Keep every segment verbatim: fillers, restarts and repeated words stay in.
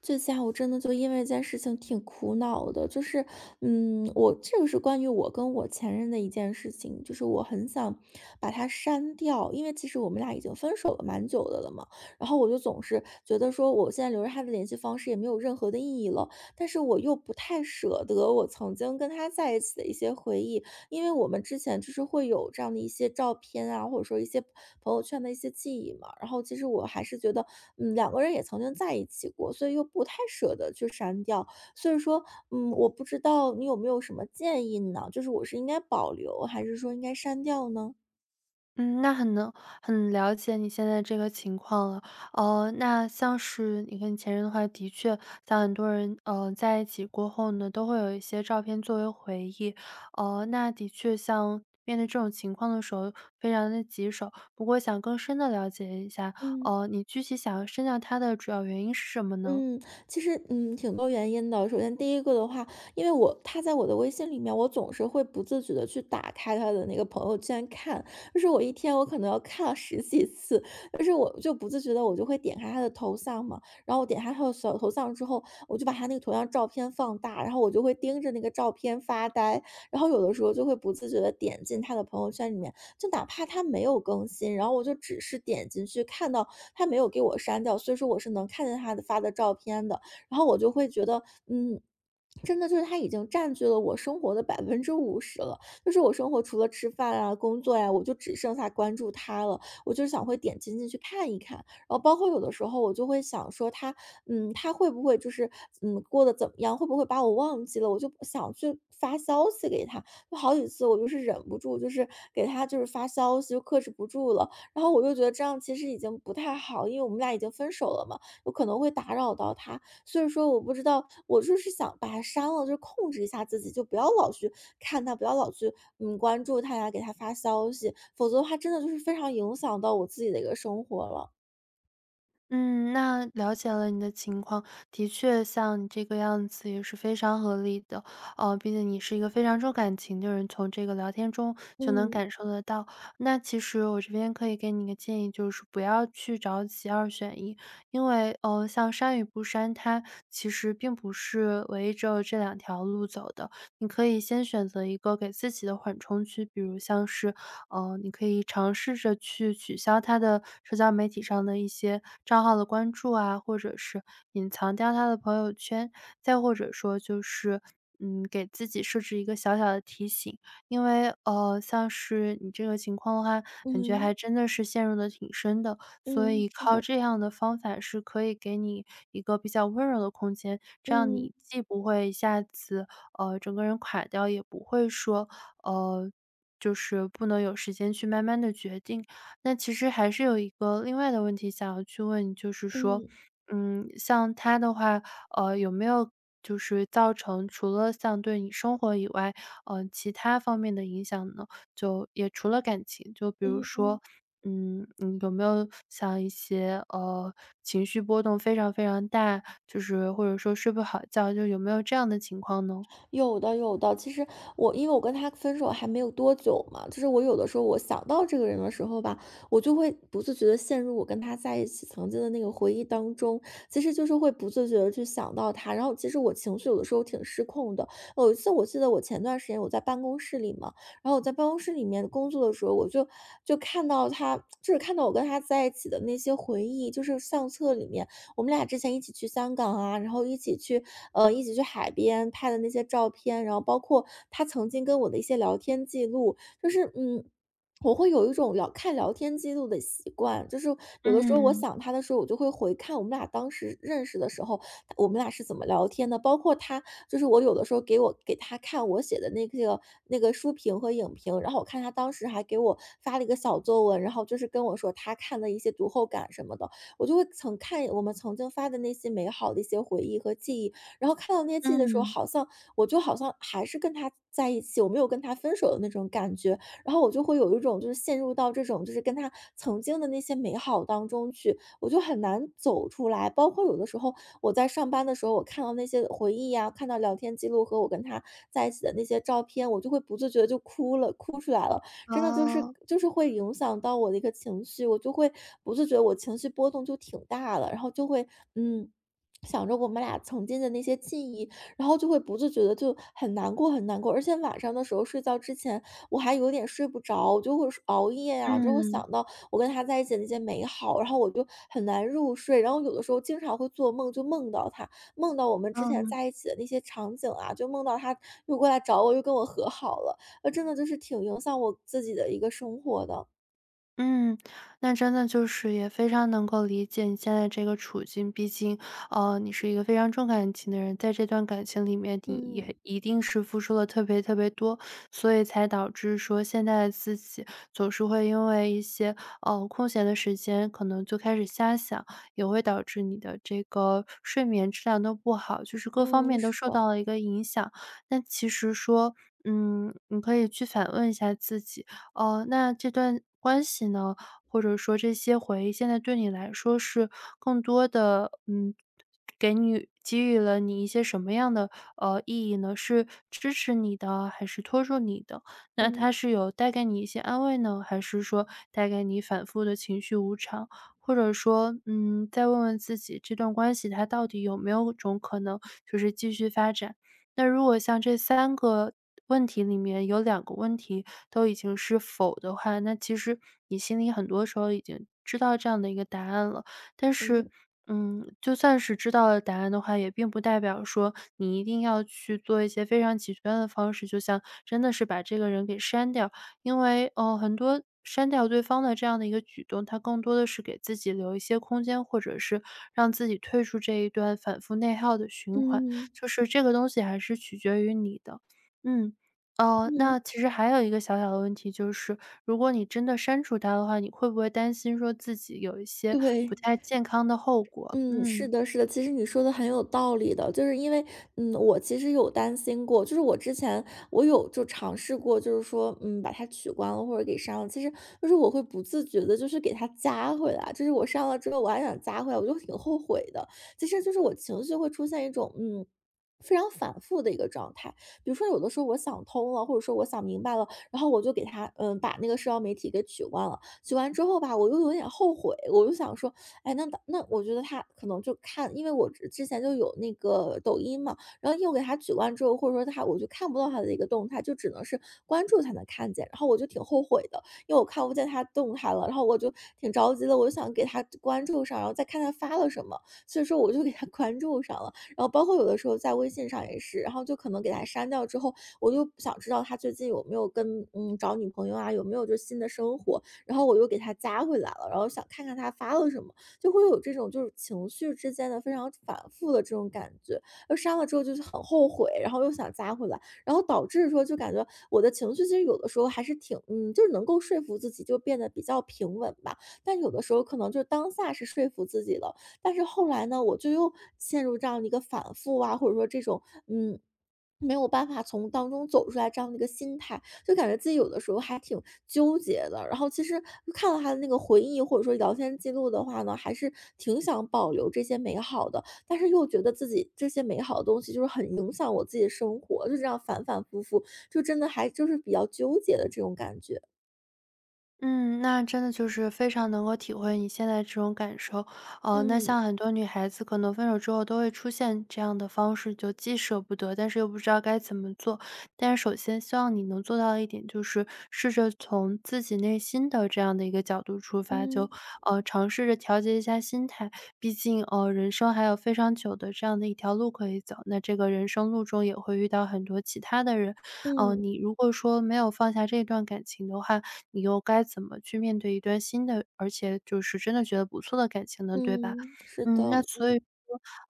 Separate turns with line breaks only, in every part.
这下我真的就因为一件事情挺苦恼的，就是，嗯，我这个是关于我跟我前任的一件事情，就是我很想把他删掉，因为其实我们俩已经分手了蛮久的了嘛，然后我就总是觉得说我现在留着他的联系方式也没有任何的意义了，但是我又不太舍得我曾经跟他在一起的一些回忆，因为我们之前就是会有这样的一些照片啊，或者说一些朋友圈的一些记忆嘛。然后其实我还是觉得，嗯，两个人也曾经在一起过，所以又不太舍得去删掉。所以说，嗯，我不知道你有没有什么建议呢？就是我是应该保留，还是说应该删掉呢？
嗯，那很能很了解你现在这个情况了。呃，那像是你跟你前任的话，的确，像很多人，呃，在一起过后呢，都会有一些照片作为回忆。呃，那的确，像面对这种情况的时候，非常的棘手。不过，想更深的了解一下，
嗯。
呃，你具体想要删掉他的主要原因是什么呢？
嗯，其实，嗯，挺多原因的。首先第一个的话，因为我他在我的微信里面，我总是会不自觉的去打开他的那个朋友圈看，就是我一天我可能要看了十几次，但是我就不自觉的我就会点开他的头像嘛，然后我点开他的小头像之后，我就把他那个头像照片放大，然后我就会盯着那个照片发呆，然后有的时候就会不自觉的点进他的朋友圈里面，就哪怕他没有更新，然后我就只是点进去看到他没有给我删掉，所以说我是能看见他的发的照片的。然后我就会觉得，嗯，真的就是他已经占据了我生活的百分之五十了。就是我生活除了吃饭啊、工作呀，我就只剩下关注他了。我就是想会点进进去看一看，然后包括有的时候我就会想说他，嗯，他会不会就是嗯过得怎么样？会不会把我忘记了？我就不想去发消息给他，就好几次我就是忍不住，就是给他就是发消息，就克制不住了。然后我就觉得这样其实已经不太好，因为我们俩已经分手了嘛，有可能会打扰到他。所以说我不知道，我就是想把他删了，就是控制一下自己，就不要老去看他，不要老去嗯关注他呀，给他发消息，否则的话真的就是非常影响到我自己的一个生活了。
嗯，那了解了你的情况，的确像你这个样子也是非常合理的。呃，毕竟你是一个非常重感情的人，从这个聊天中就能
嗯
感受得到。那其实我这边可以给你一个建议，就是不要去着急二选一，因为呃，像删与不删，它其实并不是围着这两条路走的。你可以先选择一个给自己的缓冲区，比如像是呃，你可以尝试着去取消他的社交媒体上的一些账号的关注啊，或者是隐藏掉他的朋友圈，再或者说就是。嗯，给自己设置一个小小的提醒，因为呃，像是你这个情况的话，感觉
嗯
还真的是陷入的挺深的，所
嗯，
以
是
靠
的，
这样的方法是可以给你一个比较温柔的空间，这样
嗯
你既不会一下子呃整个人垮掉，也不会说呃就是不能有时间去慢慢的决定。那其实还是有一个另外的问题想要去问你就是说，
嗯
嗯，像他的话，呃，有没有就是造成除了像对你生活以外，呃，其他方面的影响呢？就也除了感情，就比如
嗯嗯。
说，嗯，你有没有像一些，呃，情绪波动非常非常大，就是或者说睡不好觉，就有没有这样的情况呢？
有的，有的。其实我因为我跟他分手还没有多久嘛，就是我有的时候我想到这个人的时候吧，我就会不自觉的陷入我跟他在一起曾经的那个回忆当中，其实就是会不自觉的去想到他，然后其实我情绪有的时候挺失控的。有一次我记得我前段时间我在办公室里嘛，然后我在办公室里面工作的时候，我就就看到他，就是看到我跟他在一起的那些回忆，就是相册里面。我们俩之前一起去香港啊，然后一起去呃，一起去海边拍的那些照片，然后包括他曾经跟我的一些聊天记录，就是嗯。我会有一种聊看聊天记录的习惯，就是有的时候我
嗯，
想他的时候，我就会回看我们俩当时认识的时候，我们俩是怎么聊天的。包括他，就是我有的时候给我给他看我写的那个那个书评和影评，然后我看他当时还给我发了一个小作文，然后就是跟我说他看的一些读后感什么的。我就会曾看我们曾经发的那些美好的一些回忆和记忆，然后看到那些记忆的时候，
嗯，
好像我就好像还是跟他在一起，我没有跟他分手的那种感觉，然后我就会有一种就是陷入到这种就是跟他曾经的那些美好当中去，我就很难走出来。包括有的时候我在上班的时候，我看到那些回忆呀、看到聊天记录和我跟他在一起的那些照片，我就会不自觉地就哭了，哭出来了。真的就是
哦，
就是会影响到我的一个情绪，我就会不自觉我情绪波动就挺大了，然后就会嗯。想着我们俩曾经的那些记忆，然后就会不自觉的就很难过，很难过。而且晚上的时候睡觉之前，我还有点睡不着，我就会熬夜呀、就会
嗯。
想到我跟他在一起的那些美好，然后我就很难入睡。然后有的时候经常会做梦，就梦到他，梦到我们之前
嗯
在一起的那些场景啊，就梦到他又过来找我，又跟我和好了。呃，真的就是挺影响我自己的一个生活的。
嗯，那真的就是也非常能够理解你现在这个处境。毕竟，呃，你是一个非常重感情的人，在这段感情里面，你
嗯，
也一定是付出了特别特别多，所以才导致说现在的自己总是会因为一些呃空闲的时间，可能就开始瞎想，也会导致你的这个睡眠质量都不好，就是各方
嗯，
面都
是
受
的，
到了一个影响。那其实说。嗯，你可以去反问一下自己，哦，那这段关系呢，或者说这些回忆，现在对你来说是更多的，嗯，给你给予了你一些什么样的呃意义呢？是支持你的，还是拖住你的？那
嗯，
它是有带给你一些安慰呢，还是说带给你反复的情绪无常？或者说，嗯，再问问自己，这段关系它到底有没有种可能，就是继续发展？那如果像这三个问题里面有两个问题都已经是否的话，那其实你心里很多时候已经知道这样的一个答案了。但是，
嗯。
嗯，就算是知道了答案的话，也并不代表说你一定要去做一些非常极端的方式，就像真的是把这个人给删掉。因为，呃，很多删掉对方的这样的一个举动，它更多的是给自己留一些空间，或者是让自己退出这一段反复内耗的循环。
嗯。
就是这个东西还是取决于你的。嗯，哦，
嗯，
那其实还有一个小小的问题，就是如果你真的删除它的话，你会不会担心说自己有一些不
对。
太健康的后果？
嗯，是
嗯。
的，是的，其实你说的很有道理的，就是因为，嗯，我其实有担心过，就是我之前我有就尝试过，就是说，嗯，把它取关了或者给删了，其实就是我会不自觉的，就是给它加回来，就是我删了之后我还想加回来，我就挺后悔的。其实就是我情绪会出现一种，嗯。非常反复的一个状态，比如说有的时候我想通了，或者说我想明白了，然后我就给他，嗯，把那个社交媒体给取关了。取完之后吧，我又有点后悔，我就想说，哎，那那我觉得他可能就看，因为我之之前就有那个抖音嘛，然后又给他取关之后，或者说他我就看不到他的一个动态，就只能是关注才能看见，然后我就挺后悔的，因为我看不见他动态了，然后我就挺着急的，我就想给他关注上，然后再看他发了什么，所以说我就给他 关注上了，然后包括有的时候在微信上也是，然后就可能给他删掉之后，我就想知道他最近有没有跟嗯找女朋友啊，有没有就新的生活，然后我又给他加回来了，然后想看看他发了什么。就会有这种就是情绪之间的非常反复的这种感觉。而删了之后就是很后悔，然后又想加回来，然后导致说就感觉我的情绪其实有的时候还是挺，嗯，就是能够说服自己，就变得比较平稳吧。但有的时候可能就是当下是说服自己了，但是后来呢，我就又陷入这样的一个反复啊，或者说这种，嗯。没有办法从当中走出来这样的一个心态，就感觉自己有的时候还挺纠结的。然后其实看到他的那个回忆或者说聊天记录的话呢，还是挺想保留这些美好的，但是又觉得自己这些美好的东西就是很影响我自己的生活，就这样反反复复，就真的还就是比较纠结的这种感觉。
嗯，那真的就是非常能够体会你现在这种感受。呃，那
嗯
像很多女孩子可能分手之后都会出现这样的方式，就既舍不得，但是又不知道该怎么做。但是首先希望你能做到的一点，就是试着从自己内心的这样的一个角度出发，就
嗯
呃尝试着调节一下心态。毕竟呃人生还有非常久的这样的一条路可以走，那这个人生路中也会遇到很多其他的人。呃，
嗯
你如果说没有放下这段感情的话，你又该怎么去面对一段新的，而且就是真的觉得不错的感情呢，对吧？
嗯，是的，
嗯，那所以
嗯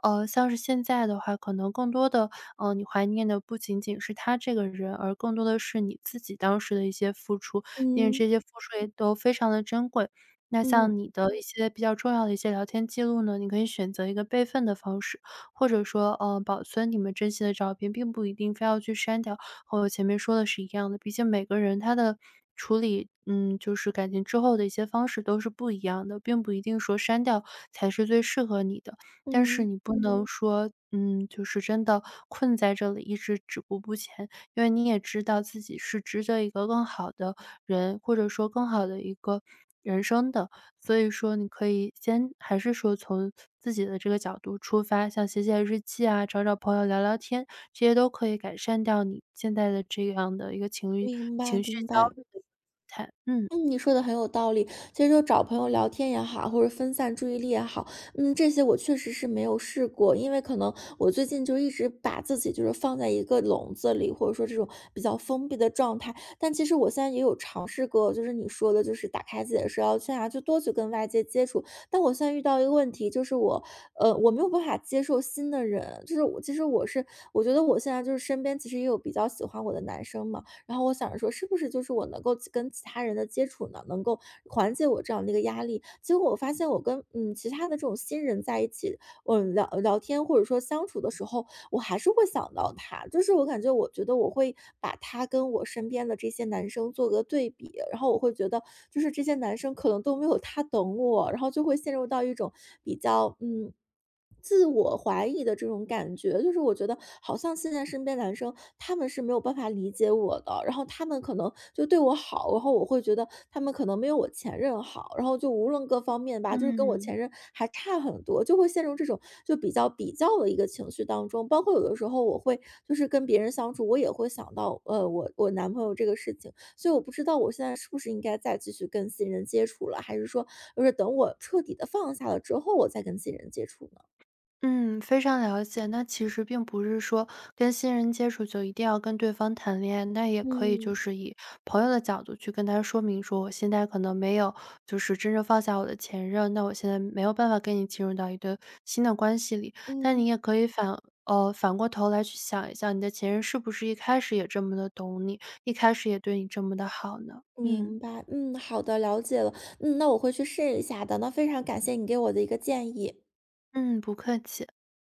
呃，像是现在的话，可能更多的，呃，你怀念的不仅仅是他这个人，而更多的是你自己当时的一些付出，因为
嗯
这些付出也都非常的珍贵。那
嗯
像你的一些比较重要的一些聊天记录呢，你可以选择一个备份的方式，或者说，呃，保存你们珍惜的照片，并不一定非要去删掉，和我前面说的是一样的。毕竟每个人他的处理，嗯，就是感情之后的一些方式都是不一样的，并不一定说删掉才是最适合你的。但
嗯，
是你不能嗯说，嗯，就是真的困在这里一直止步不前，因为你也知道自己是值得一个更好的人，或者说更好的一个人生的。所以说你可以先还是说从自己的这个角度出发，像写写日记啊，找找朋友聊聊天，这些都可以改善掉你现在的这样的一个情绪
明白
情绪
明
焦
白。
虑的状态。嗯。
嗯，你说的很有道理。其实就找朋友聊天也好，或者分散注意力也好，嗯，这些我确实是没有试过，因为可能我最近就一直把自己就是放在一个笼子里，或者说这种比较封闭的状态。但其实我现在也有尝试过，就是你说的，就是打开自己的社交圈啊，就多去跟外界接触。但我现在遇到一个问题，就是我，呃，我没有办法接受新的人，就是我，其实我是，我觉得我现在就是身边其实也有比较喜欢我的男生嘛，然后我想着说，是不是就是我能够跟其他人的接触呢，能够缓解我这样的一个压力？结果我发现我跟嗯其他的这种新人在一起，嗯聊聊天或者说相处的时候，我还是会想到他，就是我感觉我觉得我会把他跟我身边的这些男生做个对比，然后我会觉得就是这些男生可能都没有他懂我，然后就会陷入到一种比较嗯。自我怀疑的这种感觉，就是我觉得好像现在身边男生他们是没有办法理解我的，然后他们可能就对我好，然后我会觉得他们可能没有我前任好，然后就无论各方面吧，就是跟我
嗯。
前任还差很多，就会陷入这种就比较比较的一个情绪当中。包括有的时候我会就是跟别人相处，我也会想到呃我我男朋友这个事情，所以我不知道我现在是不是应该再继续跟新人接触了，还是说就是等我彻底的放下了之后，我再跟新人接触呢？
嗯，非常了解。那其实并不是说跟新人接触就一定要跟对方谈恋爱，那也可以就
嗯
是以朋友的角度去跟他说明说，我现在可能没有就是真正放下我的前任，那我现在没有办法跟你进入到一段新的关系里。但你
嗯，
也可以反呃反过头来去想一下，你的前任是不是一开始也这么的懂你，一开始也对你这么的好呢？嗯
明白，嗯，好的，了解了，嗯，那我会去试一下的。那非常感谢你给我的一个建议。
嗯，不客气。